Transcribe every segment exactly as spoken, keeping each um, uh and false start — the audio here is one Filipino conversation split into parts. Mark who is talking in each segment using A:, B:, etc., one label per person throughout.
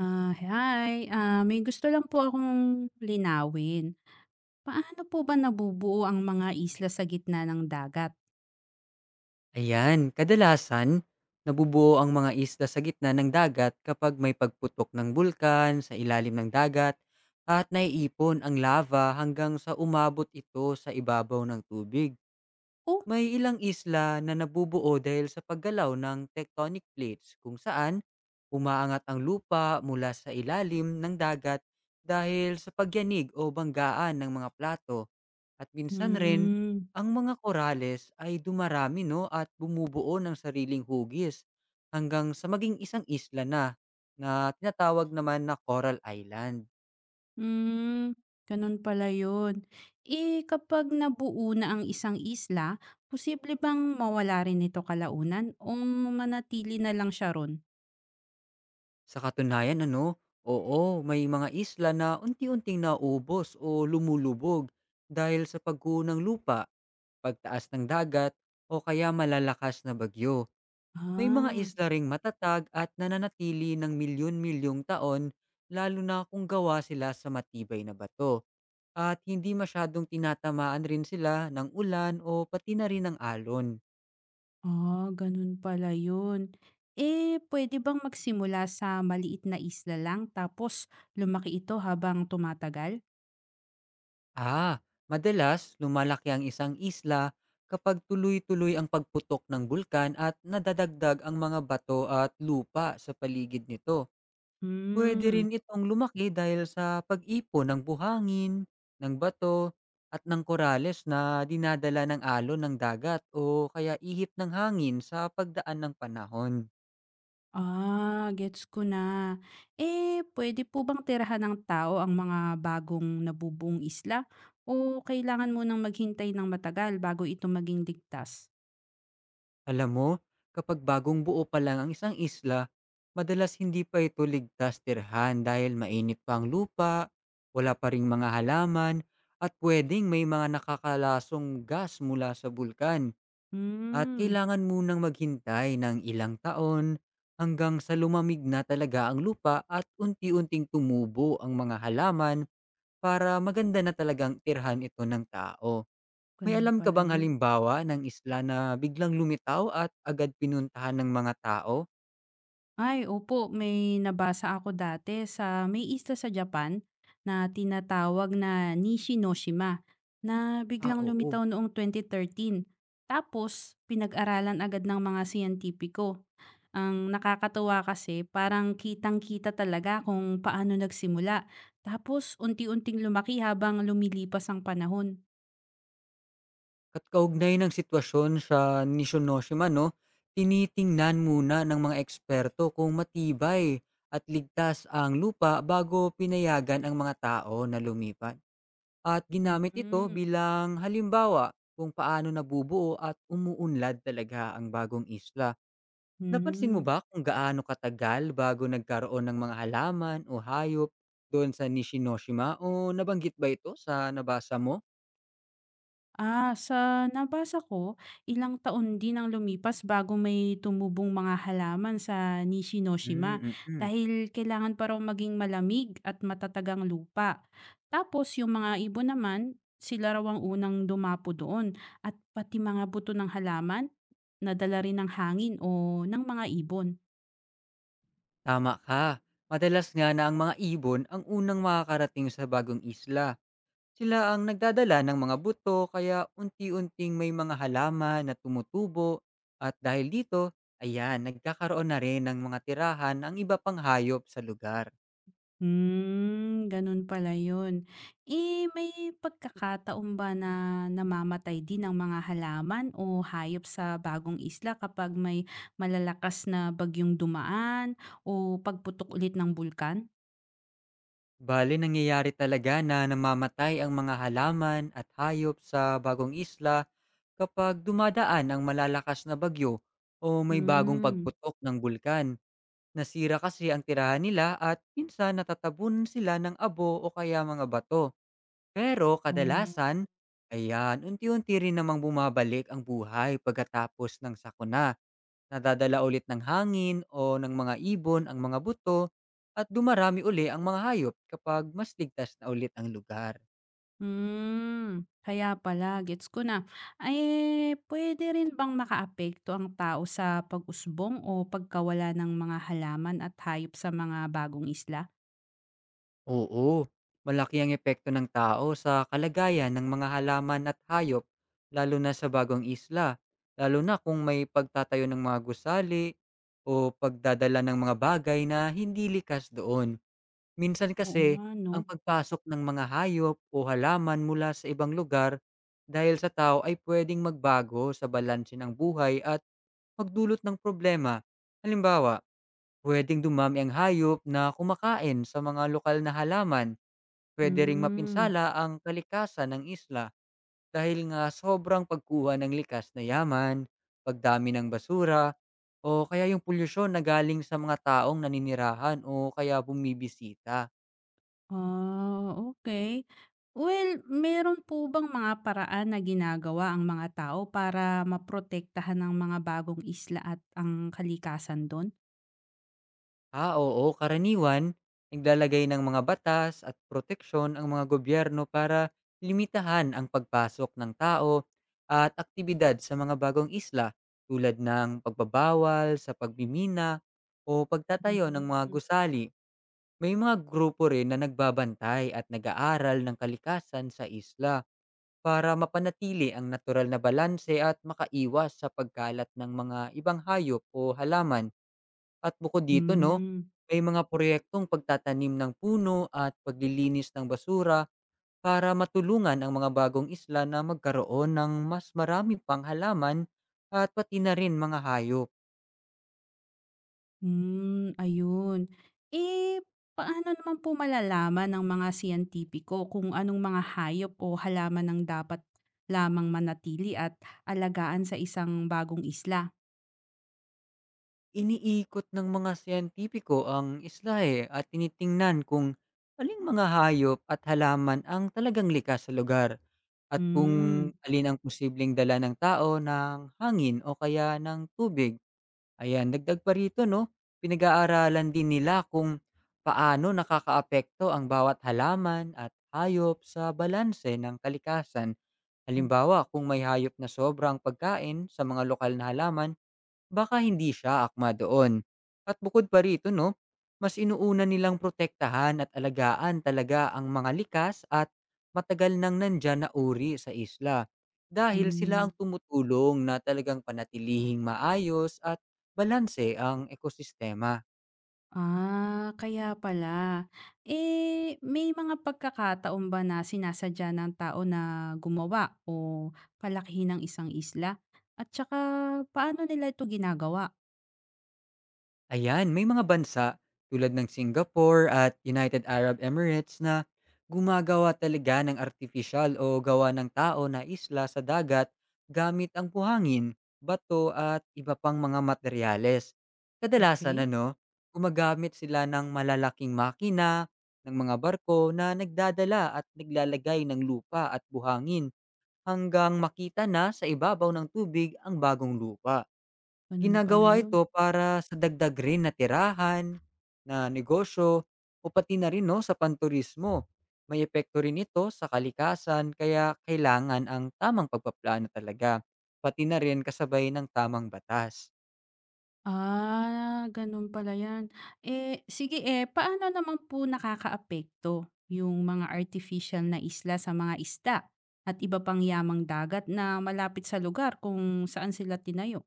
A: Ah, hi. Ah, may gusto lang po akong linawin. Paano po ba nabubuo ang mga isla sa gitna ng dagat?
B: Ayan, kadalasan nabubuo ang mga isla sa gitna ng dagat kapag may pagputok ng bulkan sa ilalim ng dagat at naiipon ang lava hanggang sa umabot ito sa ibabaw ng tubig.
A: Oh,
B: May ilang isla na nabubuo dahil sa paggalaw ng tectonic plates, kung saan umaangat ang lupa mula sa ilalim ng dagat dahil sa pagyanig o banggaan ng mga plato, at minsan rin,
A: hmm,
B: ang mga korales ay dumarami 'no at bumubuo ng sariling hugis hanggang sa maging isang isla na, na tinatawag naman na Coral Island.
A: hmm, ganun pala yun. Eh, kapag nabuo na ang isang isla, posible bang mawala rin ito kalaunan o manatili na lang siya ron?
B: Sa katunayan ano, oo, may mga isla na unti-unting nauubos o lumulubog dahil sa pagguho ng lupa, pagtaas ng dagat, o kaya malalakas na bagyo. May mga
A: Ah,
B: isla ring matatag at nananatili ng milyon-milyong taon, lalo na kung gawa sila sa matibay na bato at hindi masyadong tinatamaan rin sila ng ulan o pati na rin ng alon.
A: ah, ganun pala yun. Eh, pwede bang magsimula sa maliit na isla lang tapos lumaki ito habang tumatagal?
B: Ah, Madalas lumalaki ang isang isla kapag tuloy-tuloy ang pagputok ng bulkan at nadadagdag ang mga bato at lupa sa paligid nito. Puwede
A: Hmm,
B: rin itong lumaki dahil sa pag-ipon ng buhangin, ng bato, at ng korales na dinadala ng alon ng dagat o kaya ihip ng hangin sa pagdaan ng panahon.
A: ah, gets ko na. Eh, puwede po bang tirahan ng tao ang mga bagong nabubuong isla o kailangan mo munang maghintay ng matagal bago ito maging ligtas?
B: Alam mo, kapag bagong buo pa lang ang isang isla, madalas hindi pa ito ligtas tirhan dahil mainit pa ang lupa, wala pa ring mga halaman, at pwedeng may mga nakakalasong gas mula sa bulkan. At
A: Hmm,
B: kailangan munang maghintay ng ilang taon hanggang sa lumamig na talaga ang lupa at unti-unting tumubo ang mga halaman para maganda na talagang tirhan ito ng tao. May
A: ganun
B: alam ka
A: pala
B: bang
A: yun.
B: halimbawa ng isla na biglang lumitaw at agad pinuntahan ng mga tao?
A: Ay, opo, may nabasa ako dati sa may isla sa Japan na tinatawag na Nishinoshima na
B: Ah,
A: biglang
B: oo.
A: lumitaw noong twenty thirteen. Tapos, pinag-aralan agad ng mga siyentipiko. Ang nakakatuwa kasi parang kitang-kita talaga kung paano nagsimula, tapos unti-unting lumaki habang lumilipas ang panahon.
B: At kaugnay ng sitwasyon sa Nishinoshima, no, tinitingnan muna ng mga eksperto kung matibay at ligtas ang lupa bago pinayagan ang mga tao na lumipat. At ginamit ito
A: Hmm,
B: bilang halimbawa kung paano nabubuo at umuunlad talaga ang bagong isla. Napansin mo
A: hmm.
B: ba kung gaano katagal bago nagkaroon ng mga halaman o hayop doon sa Nishinoshima, o nabanggit ba ito sa nabasa mo?
A: Ah, sa nabasa ko, ilang taon din ang lumipas bago may tumubong mga halaman sa Nishinoshima
B: Mm, mm.
A: dahil kailangan pa raw maging malamig at matatagang lupa. Tapos yung mga ibon naman, sila raw ang unang dumapo doon at pati mga buto ng halaman, nadala rin ng hangin o ng mga ibon.
B: Tama ka. Madalas nga na ang mga ibon ang unang makakarating sa bagong isla. Sila ang nagdadala ng mga buto, kaya unti-unting may mga halaman na tumutubo, at dahil dito, ayan, nagkakaroon na rin ng mga tirahan ang iba pang hayop sa lugar.
A: Hmm, ganun pala yun. Eh, may pagkakataon ba na namamatay din ang mga halaman o hayop sa bagong isla kapag may malalakas na bagyong dumaan o pagputok ulit ng bulkan?
B: Bale, nangyayari talaga na namamatay ang mga halaman at hayop sa bagong isla kapag dumadaan ang malalakas na bagyo o may bagong
A: Hmm.
B: pagputok ng bulkan. Nasira kasi ang tirahan nila, at pinsan natatabun sila ng abo o kaya mga bato. Pero
A: Oh.
B: kadalasan, ayan, unti-unti rin namang bumabalik ang buhay pagkatapos ng sakuna. Nadadala ulit ng hangin o ng mga ibon ang mga buto, at dumarami uli ang mga hayop kapag mas ligtas na ulit ang lugar.
A: Hmm, kaya pala, gets ko na. Ay pwede rin bang makaapekto ang tao sa pag-usbong o pagkawala ng mga halaman at hayop sa mga bagong isla?
B: Oo, malaki ang epekto ng tao sa kalagayan ng mga halaman at hayop, lalo na sa bagong isla, lalo na kung may pagtatayo ng mga gusali o pagdadala ng mga bagay na hindi likas doon. Minsan
A: Oo
B: kasi,
A: nga, no?
B: ang pagpasok ng mga hayop o halaman mula sa ibang lugar dahil sa tao ay puwedeng magbago sa balanse ng buhay at magdulot ng problema. Halimbawa, puwedeng dumami ang hayop na kumakain sa mga lokal na halaman. Puwede ring
A: Hmm.
B: mapinsala ang kalikasan ng isla dahil nga sobrang pagkuha ng likas na yaman, pagdami ng basura, o kaya yung polusyon na galing sa mga taong naninirahan o kaya bumibisita.
A: Ah, okay. Well, meron po bang mga paraan na ginagawa ang mga tao para maprotektahan ang mga bagong isla at ang kalikasan dun?
B: Ah, oo. Karaniwan, naglalagay ng mga batas at proteksyon ang mga gobyerno para limitahan ang pagpasok ng tao at aktibidad sa mga bagong isla, tulad ng pagbabawal sa pagmimina o pagtatayo ng mga
A: Hmm.
B: gusali. May mga grupo rin na nagbabantay at nag-aaral ng kalikasan sa isla para mapanatili ang natural na balanse at makaiwas sa pagkalat ng mga ibang hayop o halaman. At bukod dito 'no,
A: Hmm,
B: may mga proyektong pagtatanim ng puno at paglilinis ng basura para matulungan ang mga bagong isla na magkaroon ng mas marami pang halaman at pati na rin mga hayop.
A: hmm, ayun. Eh, paano naman po malalaman ng mga siyentipiko kung anong mga hayop o halaman ang dapat lamang manatili at alagaan sa isang bagong isla?
B: Iniikot ng mga siyentipiko ang isla, eh, at tinitingnan kung aling mga hayop at halaman ang talagang likas sa lugar, at kung
A: Hmm.
B: alin ang posibleng dala ng tao, ng hangin o kaya ng tubig. Ayan, dagdag pa rito 'no, pinag-aaralan din nila kung paano nakakaapekto ang bawat halaman at hayop sa balanse ng kalikasan.
A: Oh.
B: Halimbawa, kung may hayop na sobrang pagkain sa mga lokal na halaman, baka hindi siya akma doon. At bukod pa rito 'no, mas inuuna nilang protektahan at alagaan talaga ang mga likas at matagal nang nandiyan na uri sa isla, dahil sila ang
A: Hmm.
B: tumutulong na talagang panatilihing maayos at balanse ang ekosistema.
A: Ah, kaya pala. Eh, may mga pagkakataon ba na sinasadya ng tao na gumawa o palakihin ng isang isla? At saka, paano nila ito ginagawa?
B: Ayan, may mga bansa tulad ng Singapore at United Arab Emirates na gumagawa talaga ng artificial o gawa ng tao na isla sa dagat, gamit ang buhangin, bato at iba pang mga materyales. Kadalasan
A: Okay,
B: ano, gumagamit sila ng malalaking makina, ng mga barko na nagdadala at naglalagay ng lupa at buhangin hanggang makita na sa ibabaw ng tubig ang bagong lupa.
A: ganun pala
B: Ginagawa
A: yun.
B: ito para sa dagdag rin na tirahan, na negosyo, o pati na rin 'no, sa panturismo. May epekto rin ito sa kalikasan, kaya kailangan ang tamang pagpaplano talaga, pati na rin kasabay ng tamang batas.
A: Ah, ganun pala yan. Eh, sige eh, paano naman po nakakaapekto yung mga artificial na isla sa mga isda at iba pang yamang dagat na malapit sa lugar kung saan sila tinayo?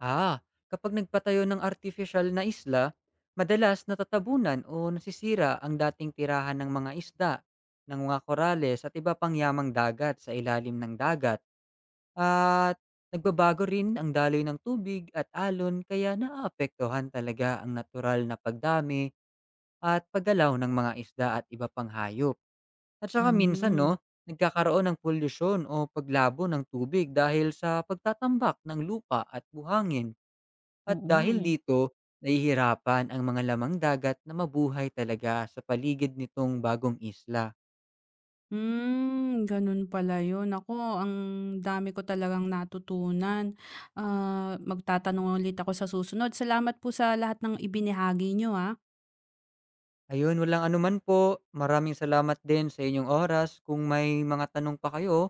B: Ah, Kapag nagpatayo ng artificial na isla, madalas natatabunan o nasisira ang dating tirahan ng mga isda, ng mga korales at iba pang yamang dagat sa ilalim ng dagat. At nagbabago rin ang daloy ng tubig at alon, kaya naaapektuhan talaga ang natural na pagdami at paggalaw ng mga isda at iba pang hayop. At saka minsan
A: Hmm,
B: no, nagkakaroon ng polusyon o paglabo ng tubig dahil sa pagtatambak ng lupa at buhangin. At
A: oo nga
B: dahil
A: eh.
B: dito, nahihirapan ang mga lamang dagat na mabuhay talaga sa paligid nitong bagong isla.
A: Hmm, ganun pala yun. Naku, ang dami ko talagang natutunan. Ah, magtatanong ulit ako sa susunod. Salamat po sa lahat ng ibinahagi nyo, ah.
B: Ayun, walang anuman po. Maraming salamat din sa inyong oras. Kung may mga tanong pa kayo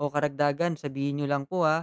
B: o karagdagan, sabihin niyo lang po, ah.